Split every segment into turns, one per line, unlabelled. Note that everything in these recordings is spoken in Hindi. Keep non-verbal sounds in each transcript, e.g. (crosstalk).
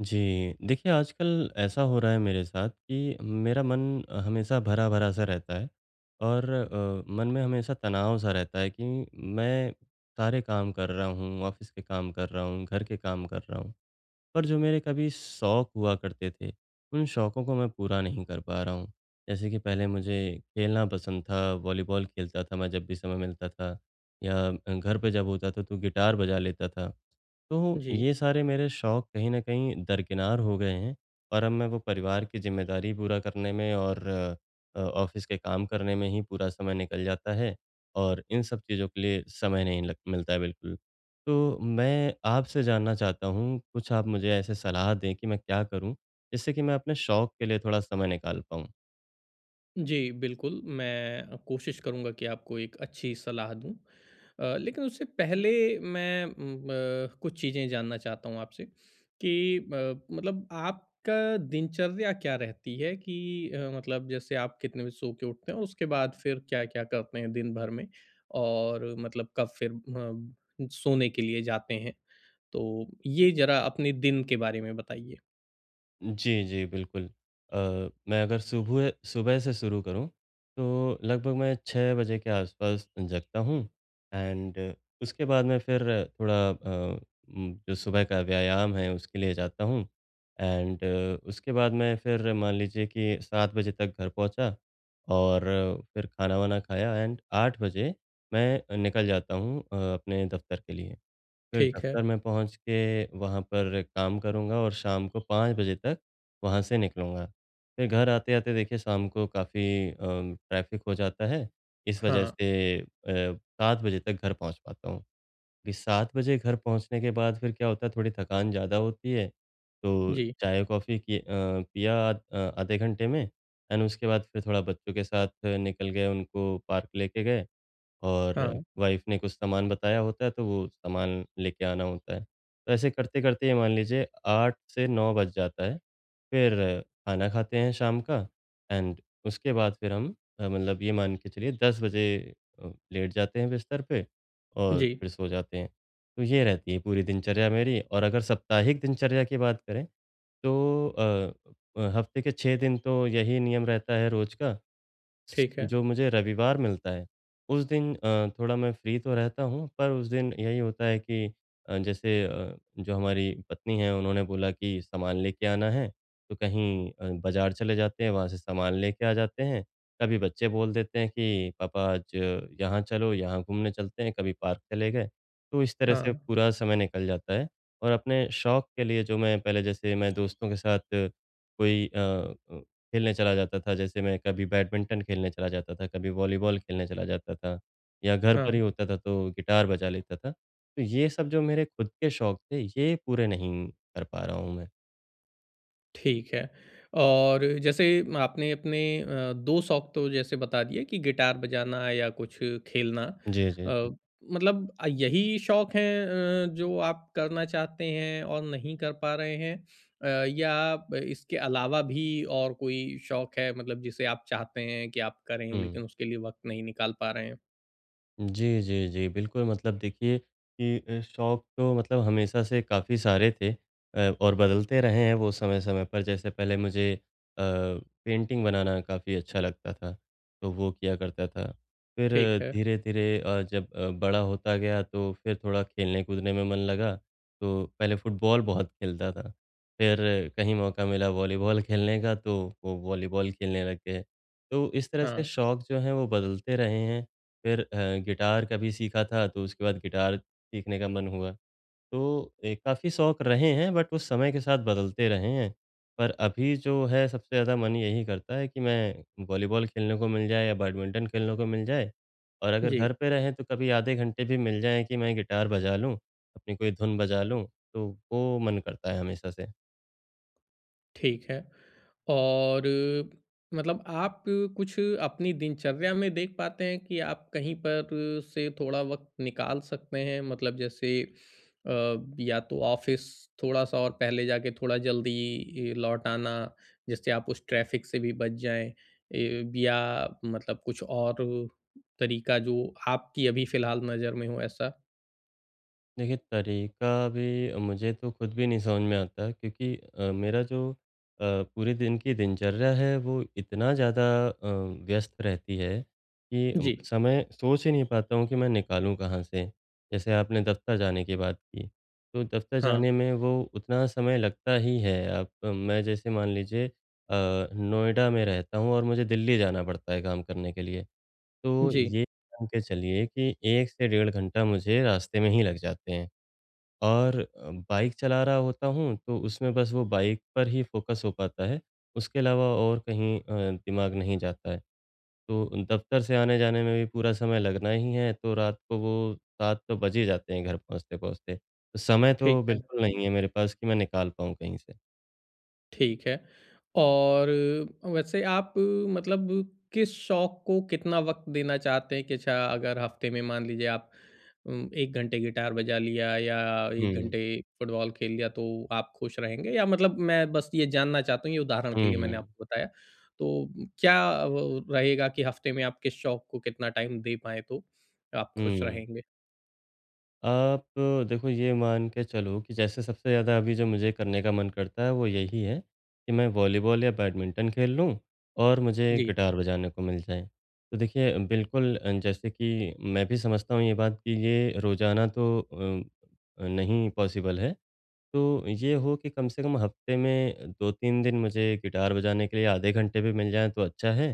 जी, देखिए आजकल ऐसा हो रहा है मेरे साथ कि मेरा मन हमेशा भरा-भरा सा रहता है और मन में हमेशा तनाव सा रहता है कि मैं सारे काम कर रहा हूँ, ऑफ़िस के काम कर रहा हूँ, घर के काम कर रहा हूँ, पर जो मेरे कभी शौक हुआ करते थे, उन शौकों को मैं पूरा नहीं कर पा रहा हूँ। जैसे कि पहले मुझे खेलना पसंद था, वॉलीबॉल खेलता था मैं जब भी समय मिलता था या घर पे जब होता था तो गिटार बजा लेता था। तो
जी।
ये सारे मेरे शौक कहीं न कहीं दरकिनार हो गए हैं और अब मैं वो परिवार की ज़िम्मेदारी पूरा करने में और ऑफ़िस के काम करने में ही पूरा समय निकल जाता है और इन सब चीज़ों के लिए समय नहीं लग मिलता है बिल्कुल। तो मैं आपसे जानना चाहता हूँ, कुछ आप मुझे ऐसे सलाह दें कि मैं क्या करूँ, जिससे कि मैं अपने शौक के लिए थोड़ा समय निकाल पाऊँ?
जी, बिल्कुल, मैं कोशिश करूँगा कि आपको एक अच्छी सलाह दूँ। लेकिन उससे पहले मैं कुछ चीज़ें जानना चाहता हूँ आपसे कि मतलब आपका दिनचर्या क्या रहती है कि मतलब जैसे आप कितने बजे सो के उठते हैं और उसके बाद फिर क्या-क्या करते हैं दिन भर में? और मतलब कब फिर सोने के लिए जाते हैं? तो ये ज़रा अपने दिन के बारे में बताइए।
जी, जी, बिल्कुल। अ, मैं अगर सुबह सुबह से शुरू करूँ, तो लगभग मैं 6 बजे के आसपास जगता हूँ एंड उसके बाद मैं फिर थोड़ा जो सुबह का व्यायाम है, उसके लिए जाता हूँ एंड उसके बाद मैं फिर मान लीजिए कि 7 बजे तक घर पहुँचा और फिर खाना-वाना खाया एंड 8 बजे मैं निकल जाता हूँ अपने दफ़्तर के लिए। फिर
ठीक है।
दफ़्तर में पहुँच के वहाँ पर काम करूँगा और शाम को 5 बजे तक वहाँ से निकलूँगा। फिर घर आते-आते देखिए शाम को काफ़ी ट्रैफ़िक हो जाता है, इस वजह
हाँ।
से अ, 7 बजे तक घर पहुँच पाता हूँ। फिर 7 बजे घर पहुँचने के बाद फिर क्या होता है थोड़ी थकान ज़्यादा होती है, तो
जी।
चाय-कॉफ़ी की पिया आधे घंटे में एंड उसके बाद फिर थोड़ा बच्चों के साथ निकल गए, उनको पार्क लेके गए। और
हाँ।
वाइफ़ ने कुछ सामान बताया होता है, तो वो सामान लेके आना होता है। तो ऐसे करते-करते ये मान लीजिए 8 से 9 बज जाता है। फिर खाना खाते हैं शाम का एंड उसके बाद फिर हम मतलब ये मान के चलिए 10 बजे लेट जाते हैं बिस्तर पे और
जी।
फिर सो जाते हैं। तो ये रहती है पूरी दिनचर्या मेरी और अगर साप्ताहिक दिनचर्या की बात करें, तो हफ़्ते के 6 दिन तो यही नियम रहता है रोज़ का।
ठीक है।
जो मुझे रविवार मिलता है, उस दिन थोड़ा मैं फ्री तो रहता हूँ, पर उस दिन यही होता है कि जैसे जो हमारी पत्नी हैं, उन्होंने बोला कि सामान लेके आना है, तो कहीं बाज़ार चले जाते हैं, वहाँ से सामान लेके आ जाते हैं। कभी बच्चे बोल देते हैं कि पापा आज यहाँ चलो, यहाँ घूमने चलते हैं, कभी पार्क चले गए। तो इस तरह
हाँ,
से पूरा समय निकल जाता है और अपने शौक के लिए जो मैं पहले जैसे मैं दोस्तों के साथ कोई खेलने चला जाता था। जैसे मैं कभी बैडमिंटन खेलने चला जाता था, कभी वॉलीबॉल खेलने चला जाता था या घर
हाँ,
पर ही होता था तो गिटार बजा लेता था। तो ये सब जो मेरे खुद के शौक थे, ये पूरे नहीं कर पा रहा हूँ मैं।
ठीक है। और जैसे आपने अपने 2 शौक तो जैसे बता दिए कि गिटार बजाना या कुछ खेलना।
जी, जी, जी।
अ, मतलब यही शौक हैं जो आप करना चाहते हैं और नहीं कर पा रहे हैं? अ, या आप इसके अलावा भी और कोई शौक है मतलब जिसे आप चाहते हैं कि आप करें
हुँ।
लेकिन उसके लिए वक़्त नहीं निकाल पा रहे हैं?
जी, जी, जी। बिल्कुल, मतलब देखिए कि शौक तो मतलब हमेशा से काफ़ी सारे थे और बदलते रहे हैं वो समय-समय पर। जैसे पहले मुझे अ, पेंटिंग बनाना काफ़ी अच्छा लगता था, तो वो किया करता था। फिर
ठीक है।
धीरे-धीरे जब बड़ा होता गया तो फिर थोड़ा खेलने-कूदने में मन लगा, तो पहले फुटबॉल बहुत खेलता था। फिर कहीं मौका मिला वॉलीबॉल खेलने का, तो वो वॉलीबॉल खेलने लग गए। तो इस तरह से
हाँ,
शौक जो हैं वो बदलते रहे हैं फिर गिटार का भी सीखा था, तो उसके बाद गिटार सीखने का मन हुआ। तो काफ़ी शौक रहे हैं बट वो समय के साथ बदलते रहे हैं। पर अभी जो है सबसे ज़्यादा मन यही करता है कि मैं वॉलीबॉल खेलने को मिल जाए या बैडमिंटन खेलने को मिल जाए और अगर
जी,
घर पे रहें तो कभी आधे घंटे भी मिल जाएँ कि मैं गिटार बजा लूँ, अपनी कोई धुन बजा लूँ, तो वो मन करता है हमेशा से।
ठीक है। और मतलब आप कुछ अपनी दिनचर्या में देख पाते हैं कि आप कहीं पर से थोड़ा वक़्त निकाल सकते हैं? मतलब जैसे अ, या तो ऑफ़िस थोड़ा-सा और पहले जाके थोड़ा जल्दी लौट आना, जिससे आप उस ट्रैफ़िक से भी बच जाएँ। ए या मतलब कुछ और तरीका जो आपकी अभी फ़िलहाल नज़र में हो ऐसा?
देखिए, तरीका भी मुझे तो खुद भी नहीं समझ में आता क्योंकि मेरा जो पूरे दिन की दिनचर्या है वो इतना ज़्यादा व्यस्त रहती है कि
जी।
समय सोच ही नहीं पाता हूँ कि मैं निकालूँ कहाँ से? जैसे आपने दफ़्तर जाने की बात की, तो दफ़्तर
हाँ।
जाने में वो उतना समय लगता ही है। आप मैं जैसे मान लीजिए नोएडा में रहता हूँ और मुझे दिल्ली जाना पड़ता है काम करने के लिए। तो
जी,
ये मान के चलिए कि 1 से 1.5 घंटा मुझे रास्ते में ही लग जाते हैं। और बाइक चला रहा होता हूँ, तो उसमें बस वो बाइक पर ही फ़ोकस हो पाता है, उसके अलावा और कहीं दिमाग नहीं जाता है। तो दफ़्तर से आने-जाने में भी पूरा समय लगना ही है, तो रात को वो 7 तो बज ही जाते हैं घर पहुँचते-पहुँचते। तो समय
ठीक
तो
है।
बिल्कुल नहीं है मेरे पास कि मैं निकाल पाऊँ कहीं से।
ठीक है। और वैसे आप मतलब किस शौक को कितना वक़्त देना चाहते हैं कि अच्छा अगर हफ़्ते में मान लीजिए आप 1 घंटे गिटार बजा लिया या 1
हुँ।
घंटे फुटबॉल खेल लिया तो आप खुश रहेंगे? या मतलब मैं बस ये जानना चाहता हूँ, ये उदाहरण के
हुँ,
लिए मैंने
हुँ।
आपको बताया। तो क्या वो रहेगा कि हफ़्ते में आप किस शौक को कितना टाइम दे पाएँ तो आप खुश
हुँ।
रहेंगे?
आप देखो ये मान के चलो कि जैसे सबसे ज़्यादा अभी जो मुझे करने का मन करता है वो यही है कि मैं वॉलीबॉल या बैडमिंटन खेल लूँ और मुझे
जी,
गिटार बजाने को मिल जाए। तो देखिए बिल्कुल जैसे कि मैं भी समझता हूँ ये बात कि ये रोज़ाना तो नहीं पॉसिबल है। तो ये हो कि कम से कम हफ्ते में 2-3 दिन मुझे गिटार बजाने के लिए आधे घंटे भी मिल जाएँ तो अच्छा है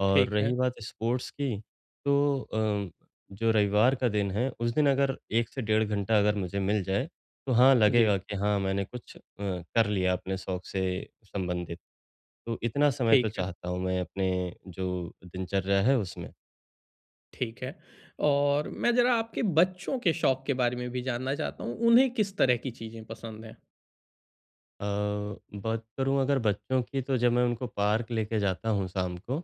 और
ठीक है।
रही बात स्पोर्ट्स की, तो जो रविवार का दिन है, उस दिन अगर 1 से 1.5 घंटा अगर मुझे मिल जाए, तो हाँ,
जी,
लगेगा कि हाँ, मैंने कुछ कर लिया अपने शौक से संबंधित। तो इतना समय तो
ठीक है।
चाहता हूँ मैं अपने जो दिनचर्या है उसमें।
ठीक है। और मैं ज़रा आपके बच्चों के शौक के बारे में भी जानना चाहता हूँ, उन्हें किस तरह की चीज़ें पसंद हैं?
अ, बात करूँ अगर बच्चों की, तो जब मैं उनको पार्क लेके जाता हूँ शाम को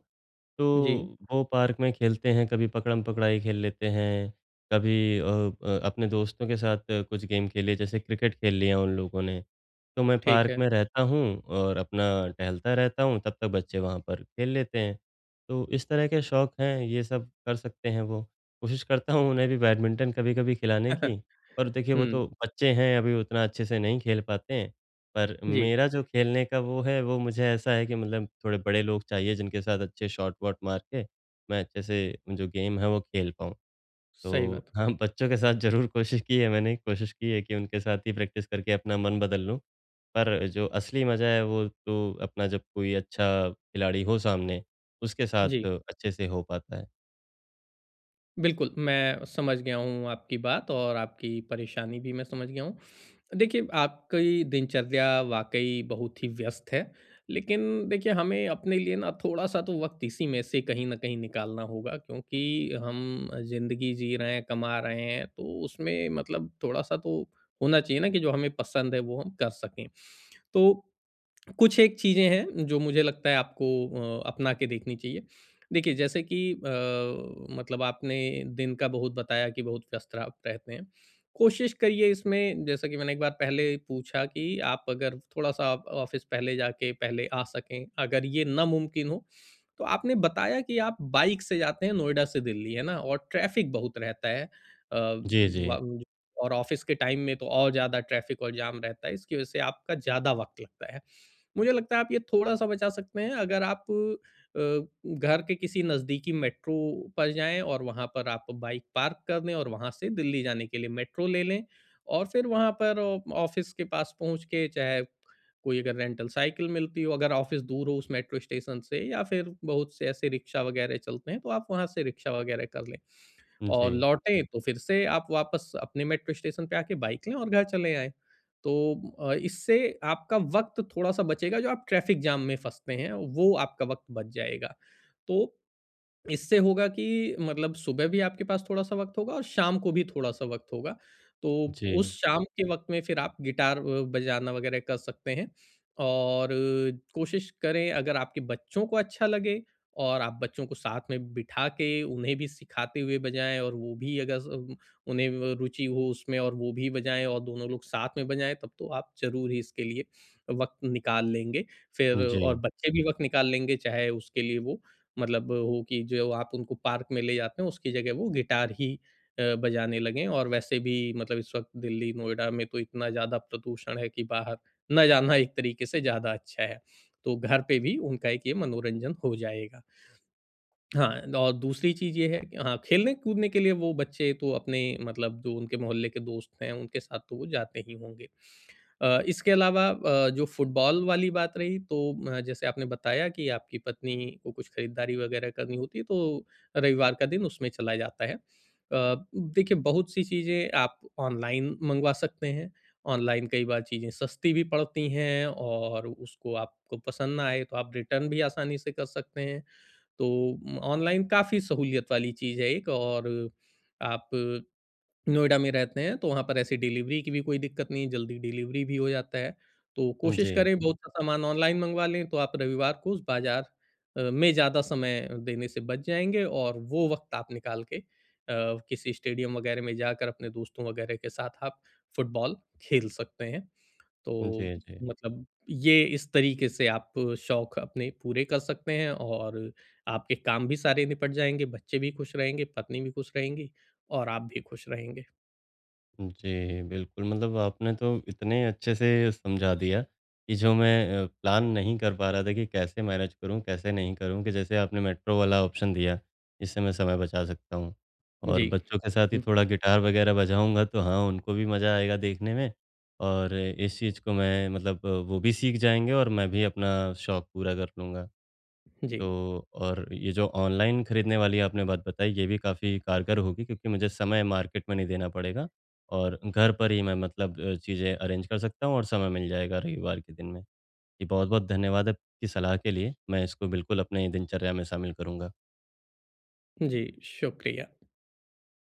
तो
जी,
वो पार्क में खेलते हैं, कभी पकड़म-पकड़ाई खेल लेते हैं, कभी अ, ब अपने दोस्तों के साथ कुछ गेम खेले, जैसे क्रिकेट खेल लिया उन लोगों ने। तो मैं
ठीक
पार्क
है।
में रहता हूँ और अपना टहलता रहता हूँ, तब तक बच्चे वहाँ पर खेल लेते हैं। तो इस तरह के शौक हैं, ये सब कर सकते हैं वो। कोशिश करता हूँ उन्हें भी बैडमिंटन कभी-कभी खिलाने की,
(laughs)
पर देखिए वो
हुँ,
तो बच्चे हैं, अभी उतना अच्छे से नहीं खेल पाते हैं। पर
जी,
मेरा जो खेलने का वो है, वो मुझे ऐसा है कि मतलब थोड़े बड़े लोग चाहिए जिनके साथ अच्छे शॉट-वॉट मार के मैं अच्छे से जो गेम है वो खेल पाऊँ।
सही
तो
बात।
(laughs) हाँ, बच्चों के साथ ज़रूर कोशिश की है मैंने, कोशिश की है कि उनके साथ ही प्रैक्टिस करके अपना मन बदल लूँ। पर जो असली मज़ा है वो तो अपना जब कोई अच्छा खिलाड़ी हो सामने, उसके साथ
जी,
अच्छे से हो पाता है।
बिल्कुल, मैं समझ गया हूँ आपकी बात और आपकी परेशानी भी मैं समझ गया हूँ। देखिए, आपकी दिनचर्या वाक़ई बहुत ही व्यस्त है। लेकिन देखिए, हमें अपने लिए ना थोड़ा-सा तो वक़्त इसी में से कहीं न कहीं निकालना होगा क्योंकि हम ज़िंदगी जी रहे हैं, कमा रहे हैं, तो उसमें मतलब थोड़ा-सा तो होना चाहिए ना कि जो हमें पसंद है, वो हम कर सकें। तो कुछ एक चीज़ें हैं जो मुझे लगता है आपको अपना के देखनी चाहिए। देखिए जैसे कि मतलब आपने दिन का बहुत बताया कि बहुत व्यस्त आप रहते हैं। कोशिश करिए इसमें जैसा कि मैंने एक बार पहले पूछा कि आप अगर थोड़ा-सा आप ऑफ़िस पहले जाके पहले आ सकें, अगर ये नामुमकिन हो, तो आपने बताया कि आप बाइक से जाते हैं नोएडा से दिल्ली, है ना? और ट्रैफ़िक बहुत रहता है। अ,
जी, जी।
व और ऑफ़िस के टाइम में तो और ज़्यादा ट्रैफ़िक और जाम रहता है, इसकी वजह से आपका ज़्यादा वक़्त लगता है। मुझे लगता है आप ये थोड़ा-सा बचा सकते हैं अगर आप अ, घर के किसी नज़दीकी मेट्रो पर जाएँ और वहाँ पर आप बाइक पार्क कर दें और वहाँ से दिल्ली जाने के लिए मेट्रो ले लें और फिर वहाँ पर ऑ ऑफ़िस के पास पहुँच के चाहे कोई अगर रेंटल साइकिल मिलती हो, अगर ऑफ़िस दूर हो उस मेट्रो स्टेशन से या फिर बहुत से ऐसे रिक्शा वग़ैरह चलते हैं, तो आप वहाँ से रिक्शा वग़ैरह कर लें। और
जी,
लौटे तो फिर से आप वापस अपने मेट्रो स्टेशन पे आके बाइक लें और घर चले आएँ। तो इससे आपका वक़्त थोड़ा-सा बचेगा जो आप ट्रैफ़िक जाम में फँसते हैं, वो आपका वक़्त बच जाएगा। तो इससे होगा कि मतलब सुबह भी आपके पास थोड़ा-सा वक़्त होगा और शाम को भी थोड़ा-सा वक़्त होगा। तो उस
जी,
शाम के वक़्त में फिर आप गिटार बजाना वग़ैरह कर सकते हैं और कोशिश करें अगर आपके बच्चों को अच्छा लगे और आप बच्चों को साथ में बिठा के उन्हें भी सिखाते हुए बजाएँ और वो भी अगर स उन्हें व रुचि हो उसमें और वो भी बजाएँ और दोनों लोग साथ में बजाएँ तब तो आप ज़रूर ही इसके लिए वक़्त निकाल लेंगे। फिर
जी,
और बच्चे भी वक़्त निकाल लेंगे चाहे उसके लिए वो मतलब हो कि जो आप उनको पार्क में ले जाते हैं, उसकी जगह वो गिटार ही बजाने लगें और वैसे भी मतलब इस वक़्त दिल्ली, नोएडा में तो इतना ज़्यादा प्रदूषण है कि बाहर ना जाना एक तरीके से ज़्यादा अच्छा है। तो घर पे भी उनका एक ये मनोरंजन हो जाएगा। हाँ, और दूसरी चीज़ ये है कि हाँ, खेलने-कूदने के लिए वो बच्चे तो अपने मतलब जो उनके मोहल्ले के दोस्त हैं, उनके साथ तो वो जाते ही होंगे। इसके अलावा जो फुटबॉल वाली बात रही तो जैसे आपने बताया कि आपकी पत्नी को कुछ खरीदारी वगैरह करनी होती है तो रविवार का दिन उसमें चला जाता है। देखिए बहुत सी चीज़ें आप ऑनलाइन मंगवा सकते हैं। ऑनलाइन कई बार चीज़ें सस्ती भी पड़ती हैं और उसको आपको पसंद ना आए तो आप रिटर्न भी आसानी से कर सकते हैं। तो ऑनलाइन काफ़ी सहूलियत वाली चीज़ है एक और आप नोएडा में रहते हैं, तो वहाँ पर ऐसी डिलीवरी की भी कोई दिक्कत नहीं, जल्दी डिलीवरी भी हो जाता है। तो
जी,
कोशिश
जी,
करें बहुत सा सामान ऑनलाइन मँगवा लें, तो आप रविवार को उस बाज़ार में ज़्यादा समय देने से बच जाएँगे और वो वक़्त आप निकाल के किसी स्टेडियम वग़ैरह में जाकर अपने दोस्तों वग़ैरह के साथ आप फुटबॉल खेल सकते हैं। तो
जी। जी।
मतलब ये इस तरीके से आप शौक अपने पूरे कर सकते हैं और आपके काम भी सारे निपट जाएँगे, बच्चे भी खुश रहेंगे, पत्नी भी खुश रहेंगी और आप भी खुश रहेंगे।
जी, बिल्कुल, मतलब आपने तो इतने अच्छे से समझा दिया कि जो मैं प्लान नहीं कर पा रहा था कि कैसे मैनेज करूँ, कैसे नहीं करूँ, कि जैसे आपने मेट्रो वाला ऑप्शन दिया, इससे मैं समय बचा सकता हूँ। और
जी।
बच्चों के साथ ही
हुँ,
थोड़ा गिटार वगैरह बजाऊँगा तो हाँ, उनको भी मज़ा आएगा देखने में और इस चीज़ को मैं मतलब वो भी सीख जाएँगे और मैं भी अपना शौक पूरा कर लूँगा।
जी,
तो और ये जो ऑनलाइन खरीदने वाली आपने बात बताई, ये भी काफ़ी कारगर होगी क्योंकि मुझे समय मार्केट में नहीं देना पड़ेगा और घर पर ही मैं मतलब चीज़ें अरेंज कर सकता हूँ और समय मिल जाएगा रविवार के दिन में। जी, बहुत-बहुत धन्यवाद आपकी सलाह के लिए। मैं इसको बिल्कुल अपने दिनचर्या में शामिल करूँगा।
जी, शुक्रिया।